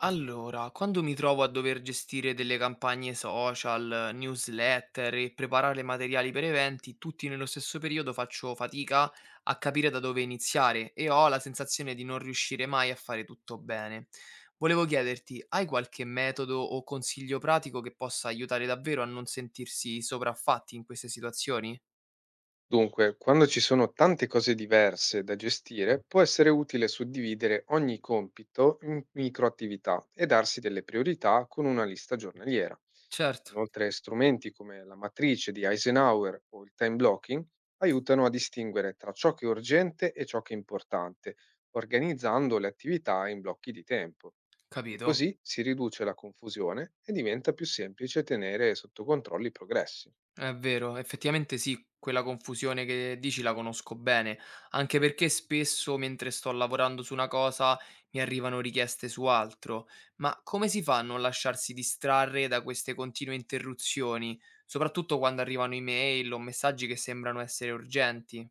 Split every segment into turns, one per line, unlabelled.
Allora, quando mi trovo a dover gestire delle campagne social, newsletter e preparare materiali per eventi, tutti nello stesso periodo faccio fatica a capire da dove iniziare e ho la sensazione di non riuscire mai a fare tutto bene. Volevo chiederti, hai qualche metodo o consiglio pratico che possa aiutare davvero a non sentirsi sopraffatti in queste situazioni?
Dunque, quando ci sono tante cose diverse da gestire, può essere utile suddividere ogni compito in microattività e darsi delle priorità con una lista giornaliera.
Certo.
Inoltre, strumenti come la matrice di Eisenhower o il time blocking aiutano a distinguere tra ciò che è urgente e ciò che è importante, organizzando le attività in blocchi di tempo. E
Capito?
così si riduce la confusione e diventa più semplice tenere sotto controllo i progressi.
È vero, effettivamente sì, quella confusione che dici la conosco bene, anche perché spesso mentre sto lavorando su una cosa mi arrivano richieste su altro, ma come si fa a non lasciarsi distrarre da queste continue interruzioni, soprattutto quando arrivano email o messaggi che sembrano essere urgenti?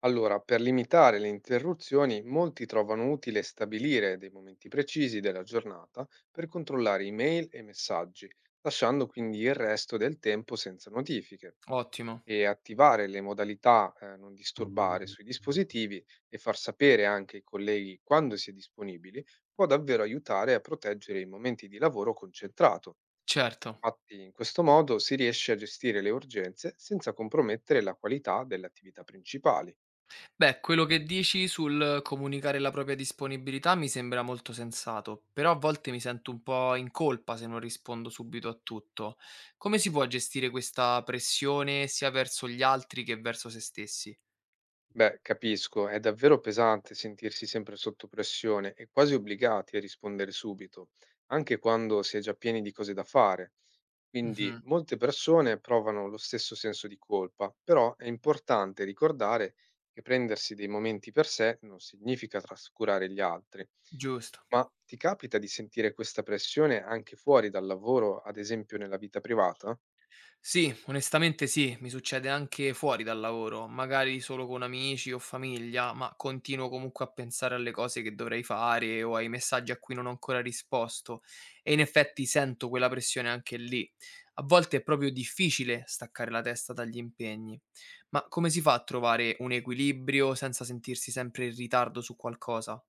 Allora, per limitare le interruzioni, molti trovano utile stabilire dei momenti precisi della giornata per controllare email e messaggi, lasciando quindi il resto del tempo senza notifiche.
Ottimo,
E attivare le modalità non disturbare sui dispositivi e far sapere anche ai colleghi quando si è disponibili può davvero aiutare a proteggere i momenti di lavoro concentrato.
certo.
Infatti, in questo modo si riesce a gestire le urgenze senza compromettere la qualità delle attività principali.
Beh, quello che dici sul comunicare la propria disponibilità mi sembra molto sensato, però a volte mi sento un po' in colpa se non rispondo subito a tutto. Come si può gestire questa pressione sia verso gli altri che verso se stessi?
Beh, capisco, è davvero pesante sentirsi sempre sotto pressione e quasi obbligati a rispondere subito, anche quando si è già pieni di cose da fare. Quindi
Mhm,
molte persone provano lo stesso senso di colpa, però è importante ricordare che prendersi dei momenti per sé non significa trascurare gli altri.
giusto.
Ma ti capita di sentire questa pressione anche fuori dal lavoro, ad esempio nella vita privata?
Sì, onestamente sì, mi succede anche fuori dal lavoro, magari solo con amici o famiglia, ma continuo comunque a pensare alle cose che dovrei fare o ai messaggi a cui non ho ancora risposto e in effetti sento quella pressione anche lì. A volte è proprio difficile staccare la testa dagli impegni, ma come si fa a trovare un equilibrio senza sentirsi sempre in ritardo su qualcosa?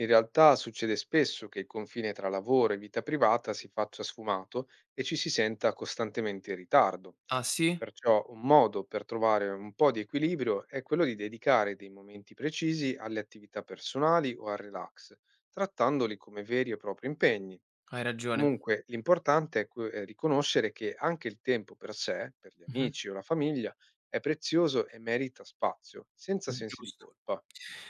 In realtà succede spesso che il confine tra lavoro e vita privata si faccia sfumato e ci si senta costantemente in ritardo.
Ah sì?
Perciò un modo per trovare un po' di equilibrio è quello di dedicare dei momenti precisi alle attività personali o al relax, trattandoli come veri e propri impegni.
Hai ragione.
Comunque l'importante è è riconoscere che anche il tempo per sé, per gli
Mhm,
amici o la famiglia, è prezioso e merita spazio, senza sensi di
giusto.
colpa.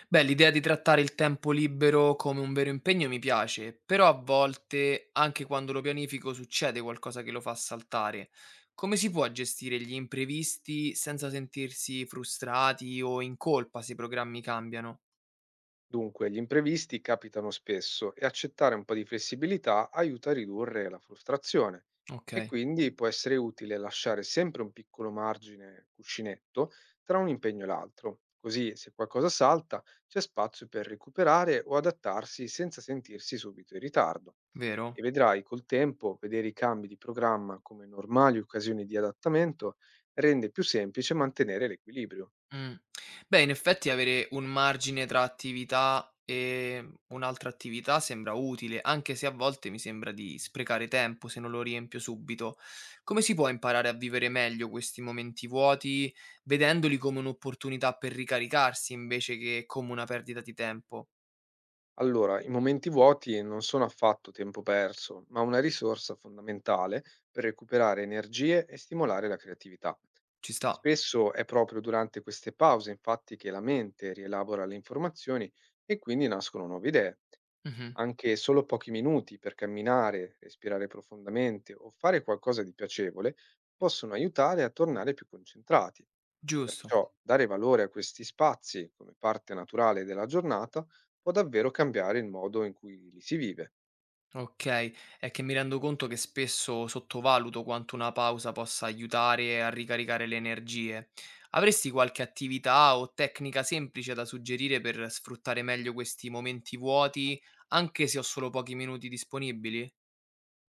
Beh, l'idea di trattare il tempo libero come un vero impegno mi piace, però a volte, anche quando lo pianifico, succede qualcosa che lo fa saltare. Come si può gestire gli imprevisti senza sentirsi frustrati o in colpa se i programmi cambiano?
Dunque, gli imprevisti capitano spesso e accettare un po' di flessibilità aiuta a ridurre la frustrazione
Ok,
e quindi può essere utile lasciare sempre un piccolo margine cuscinetto tra un impegno e l'altro, così se qualcosa salta c'è spazio per recuperare o adattarsi senza sentirsi subito in ritardo.
vero?
E vedrai col tempo vedere i cambi di programma come normali occasioni di adattamento rende più semplice mantenere l'equilibrio.
Mh. Beh, in effetti avere un margine tra attività e un'altra attività sembra utile, anche se a volte mi sembra di sprecare tempo se non lo riempio subito. Come si può imparare a vivere meglio questi momenti vuoti, vedendoli come un'opportunità per ricaricarsi invece che come una perdita di tempo?
Allora, i momenti vuoti non sono affatto tempo perso, ma una risorsa fondamentale per recuperare energie e stimolare la creatività.
Ci sta.
Spesso è proprio durante queste pause, infatti, che la mente rielabora le informazioni e quindi nascono nuove idee.
Mh-mh.
Anche solo pochi minuti per camminare, respirare profondamente o fare qualcosa di piacevole possono aiutare a tornare più concentrati.
Giusto.
Perciò dare valore a questi spazi come parte naturale della giornata può davvero cambiare il modo in cui li si vive.
Okay, è che mi rendo conto che spesso sottovaluto quanto una pausa possa aiutare a ricaricare le energie. Avresti qualche attività o tecnica semplice da suggerire per sfruttare meglio questi momenti vuoti, anche se ho solo pochi minuti disponibili?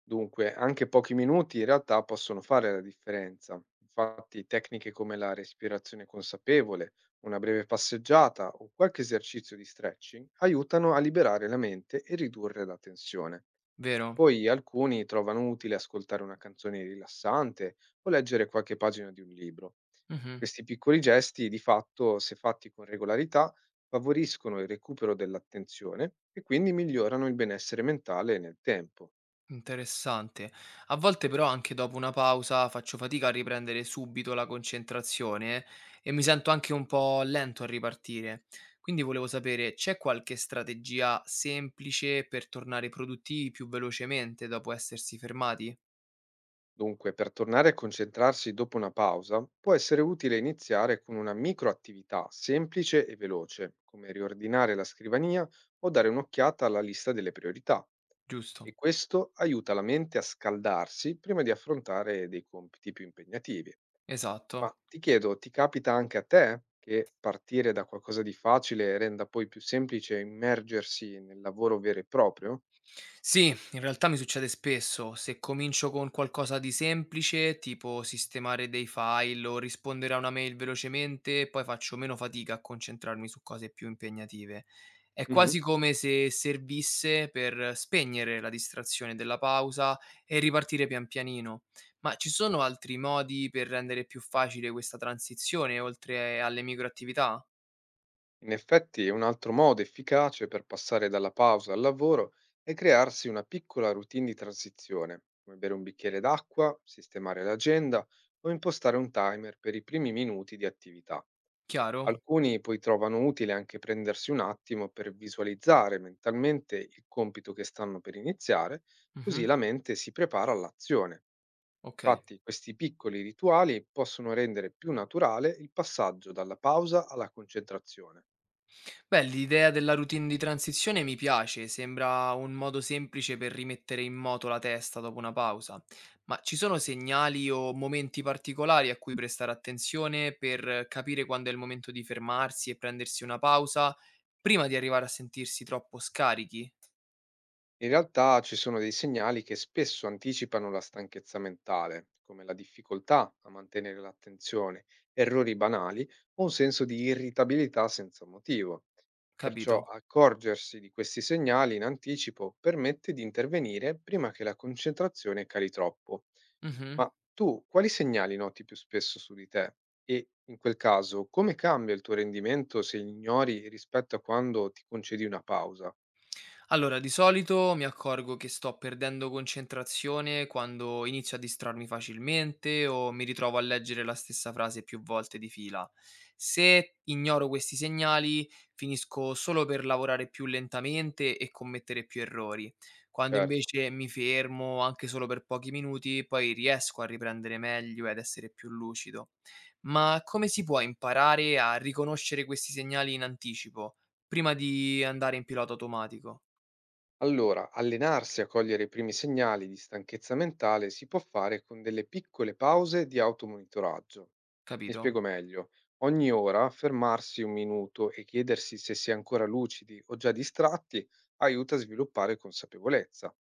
Dunque, anche pochi minuti in realtà possono fare la differenza. Infatti, tecniche come la respirazione consapevole, una breve passeggiata o qualche esercizio di stretching aiutano a liberare la mente e ridurre la tensione.
Vero?
Poi alcuni trovano utile ascoltare una canzone rilassante o leggere qualche pagina di un libro.
Mh-mh.
Questi piccoli gesti, di fatto, se fatti con regolarità, favoriscono il recupero dell'attenzione e quindi migliorano il benessere mentale nel tempo.
Interessante. A volte però anche dopo una pausa faccio fatica a riprendere subito la concentrazione e mi sento anche un po' lento a ripartire. Quindi volevo sapere, c'è qualche strategia semplice per tornare produttivi più velocemente dopo essersi fermati?
Dunque, per tornare a concentrarsi dopo una pausa, può essere utile iniziare con una microattività semplice e veloce, come riordinare la scrivania o dare un'occhiata alla lista delle priorità. E
Giusto,
questo aiuta la mente a scaldarsi prima di affrontare dei compiti più impegnativi.
esatto.
Ma ti chiedo, ti capita anche a te che partire da qualcosa di facile renda poi più semplice immergersi nel lavoro vero e proprio?
Sì, in realtà mi succede spesso. Se comincio con qualcosa di semplice, tipo sistemare dei file o rispondere a una mail velocemente, poi faccio meno fatica a concentrarmi su cose più impegnative. È
Mhm.
quasi come se servisse per spegnere la distrazione della pausa e ripartire pian pianino. Ma ci sono altri modi per rendere più facile questa transizione, oltre alle microattività?
In effetti, un altro modo efficace per passare dalla pausa al lavoro è crearsi una piccola routine di transizione, come bere un bicchiere d'acqua, sistemare l'agenda o impostare un timer per i primi minuti di attività.
Chiaro?
Alcuni poi trovano utile anche prendersi un attimo per visualizzare mentalmente il compito che stanno per iniziare, così
Mhm,
la mente si prepara all'azione.
ok.
Infatti questi piccoli rituali possono rendere più naturale il passaggio dalla pausa alla concentrazione.
Beh, l'idea della routine di transizione mi piace, sembra un modo semplice per rimettere in moto la testa dopo una pausa, ma ci sono segnali o momenti particolari a cui prestare attenzione per capire quando è il momento di fermarsi e prendersi una pausa prima di arrivare a sentirsi troppo scarichi?
In realtà ci sono dei segnali che spesso anticipano la stanchezza mentale, come la difficoltà a mantenere l'attenzione, errori banali o un senso di irritabilità senza motivo. Perciò
Capito?
accorgersi di questi segnali in anticipo permette di intervenire prima che la concentrazione cali troppo.
Mhm.
Ma tu quali segnali noti più spesso su di te? E in quel caso, come cambia il tuo rendimento se li ignori rispetto a quando ti concedi una pausa?
Allora, di solito mi accorgo che sto perdendo concentrazione quando inizio a distrarmi facilmente o mi ritrovo a leggere la stessa frase più volte di fila. Se ignoro questi segnali, finisco solo per lavorare più lentamente e commettere più errori. Quando
Certo.
invece mi fermo, anche solo per pochi minuti, poi riesco a riprendere meglio ed essere più lucido. Ma come si può imparare a riconoscere questi segnali in anticipo, prima di andare in pilota automatico?
Allora, allenarsi a cogliere i primi segnali di stanchezza mentale si può fare con delle piccole pause di automonitoraggio. Mi
Capito?
spiego meglio. Ogni ora fermarsi un minuto e chiedersi se si è ancora lucidi o già distratti aiuta a sviluppare consapevolezza.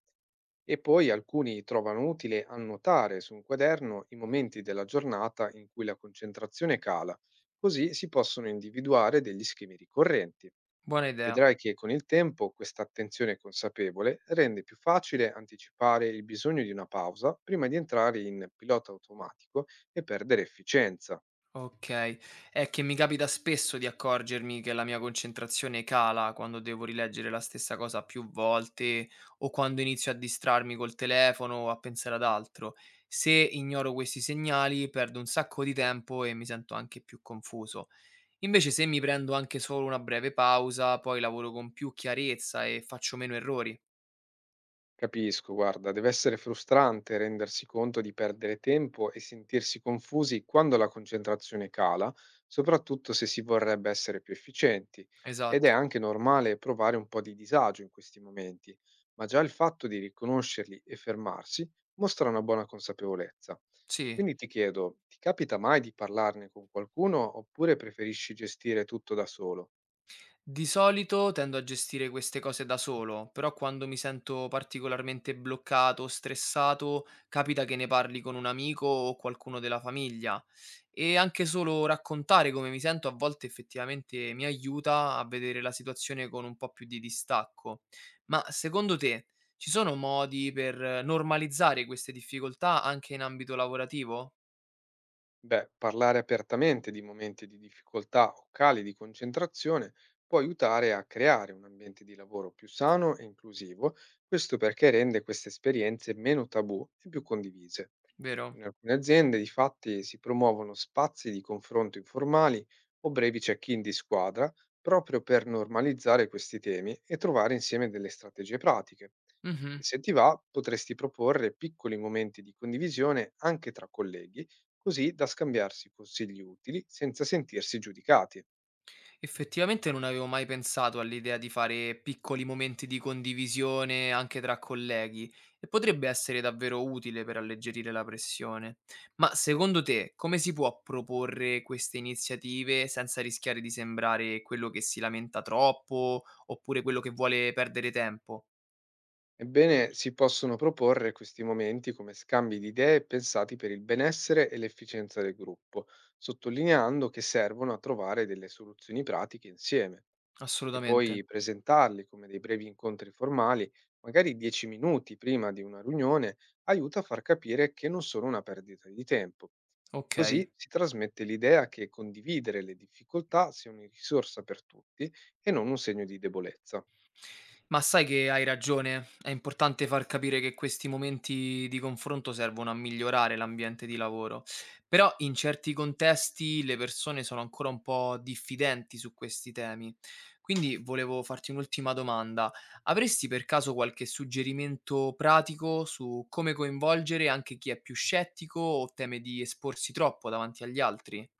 E poi alcuni trovano utile annotare su un quaderno i momenti della giornata in cui la concentrazione cala, così si possono individuare degli schemi ricorrenti.
Buona idea.
Vedrai che con il tempo questa attenzione consapevole rende più facile anticipare il bisogno di una pausa prima di entrare in pilota automatico e perdere efficienza.
Okay. È che mi capita spesso di accorgermi che la mia concentrazione cala quando devo rileggere la stessa cosa più volte o quando inizio a distrarmi col telefono o a pensare ad altro. Se ignoro questi segnali, perdo un sacco di tempo e mi sento anche più confuso. Invece, se mi prendo anche solo una breve pausa, poi lavoro con più chiarezza e faccio meno errori.
Capisco, guarda, deve essere frustrante rendersi conto di perdere tempo e sentirsi confusi quando la concentrazione cala, soprattutto se si vorrebbe essere più efficienti. Ed è
Esatto.
anche normale provare un po' di disagio in questi momenti, ma già il fatto di riconoscerli e fermarsi mostra una buona consapevolezza.
Sì.
Quindi ti chiedo, ti capita mai di parlarne con qualcuno oppure preferisci gestire tutto da solo?
Di solito tendo a gestire queste cose da solo, però quando mi sento particolarmente bloccato o stressato, capita che ne parli con un amico o qualcuno della famiglia. E anche solo raccontare come mi sento a volte effettivamente mi aiuta a vedere la situazione con un po' più di distacco. Ma secondo te ci sono modi per normalizzare queste difficoltà anche in ambito lavorativo?
Beh, parlare apertamente di momenti di difficoltà o cali di concentrazione può aiutare a creare un ambiente di lavoro più sano e inclusivo, questo perché rende queste esperienze meno tabù e più condivise.
Vero?
In alcune aziende, difatti, si promuovono spazi di confronto informali o brevi check-in di squadra proprio per normalizzare questi temi e trovare insieme delle strategie pratiche. E
Mhm.
se ti va, potresti proporre piccoli momenti di condivisione anche tra colleghi così da scambiarsi consigli utili senza sentirsi giudicati.
Effettivamente non avevo mai pensato all'idea di fare piccoli momenti di condivisione anche tra colleghi e potrebbe essere davvero utile per alleggerire la pressione. Ma secondo te come si può proporre queste iniziative senza rischiare di sembrare quello che si lamenta troppo oppure quello che vuole perdere tempo?
Ebbene, si possono proporre questi momenti come scambi di idee pensati per il benessere e l'efficienza del gruppo, sottolineando che servono a trovare delle soluzioni pratiche insieme. E
Assolutamente.
poi presentarli come dei brevi incontri formali, magari 10 minuti prima di una riunione, aiuta a far capire che non sono una perdita di tempo.
Ok.
Così si trasmette l'idea che condividere le difficoltà sia una risorsa per tutti e non un segno di debolezza.
Ma sai che hai ragione, è importante far capire che questi momenti di confronto servono a migliorare l'ambiente di lavoro, però in certi contesti le persone sono ancora un po' diffidenti su questi temi. Quindi volevo farti un'ultima domanda. Avresti per caso qualche suggerimento pratico su come coinvolgere anche chi è più scettico o teme di esporsi troppo davanti agli altri?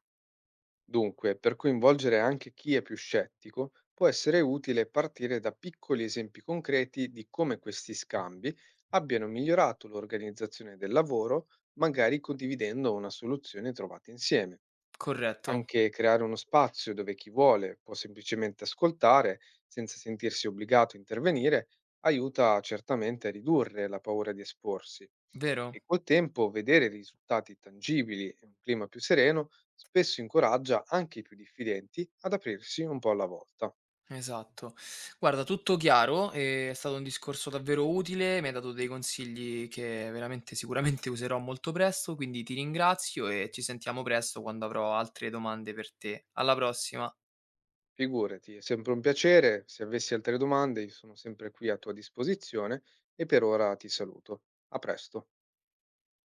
Dunque, per coinvolgere anche chi è più scettico, può essere utile partire da piccoli esempi concreti di come questi scambi abbiano migliorato l'organizzazione del lavoro, magari condividendo una soluzione trovata insieme.
Corretto,
Anche creare uno spazio dove chi vuole può semplicemente ascoltare senza sentirsi obbligato a intervenire aiuta certamente a ridurre la paura di esporsi
vero?
e col tempo vedere risultati tangibili e un clima più sereno spesso incoraggia anche i più diffidenti ad aprirsi un po' alla volta.
Esatto. Guarda, tutto chiaro, è stato un discorso davvero utile, mi hai dato dei consigli che veramente sicuramente userò molto presto, quindi ti ringrazio e ci sentiamo presto quando avrò altre domande per te. Alla prossima.
Figurati, è sempre un piacere, se avessi altre domande io sono sempre qui a tua disposizione e per ora ti saluto. A presto.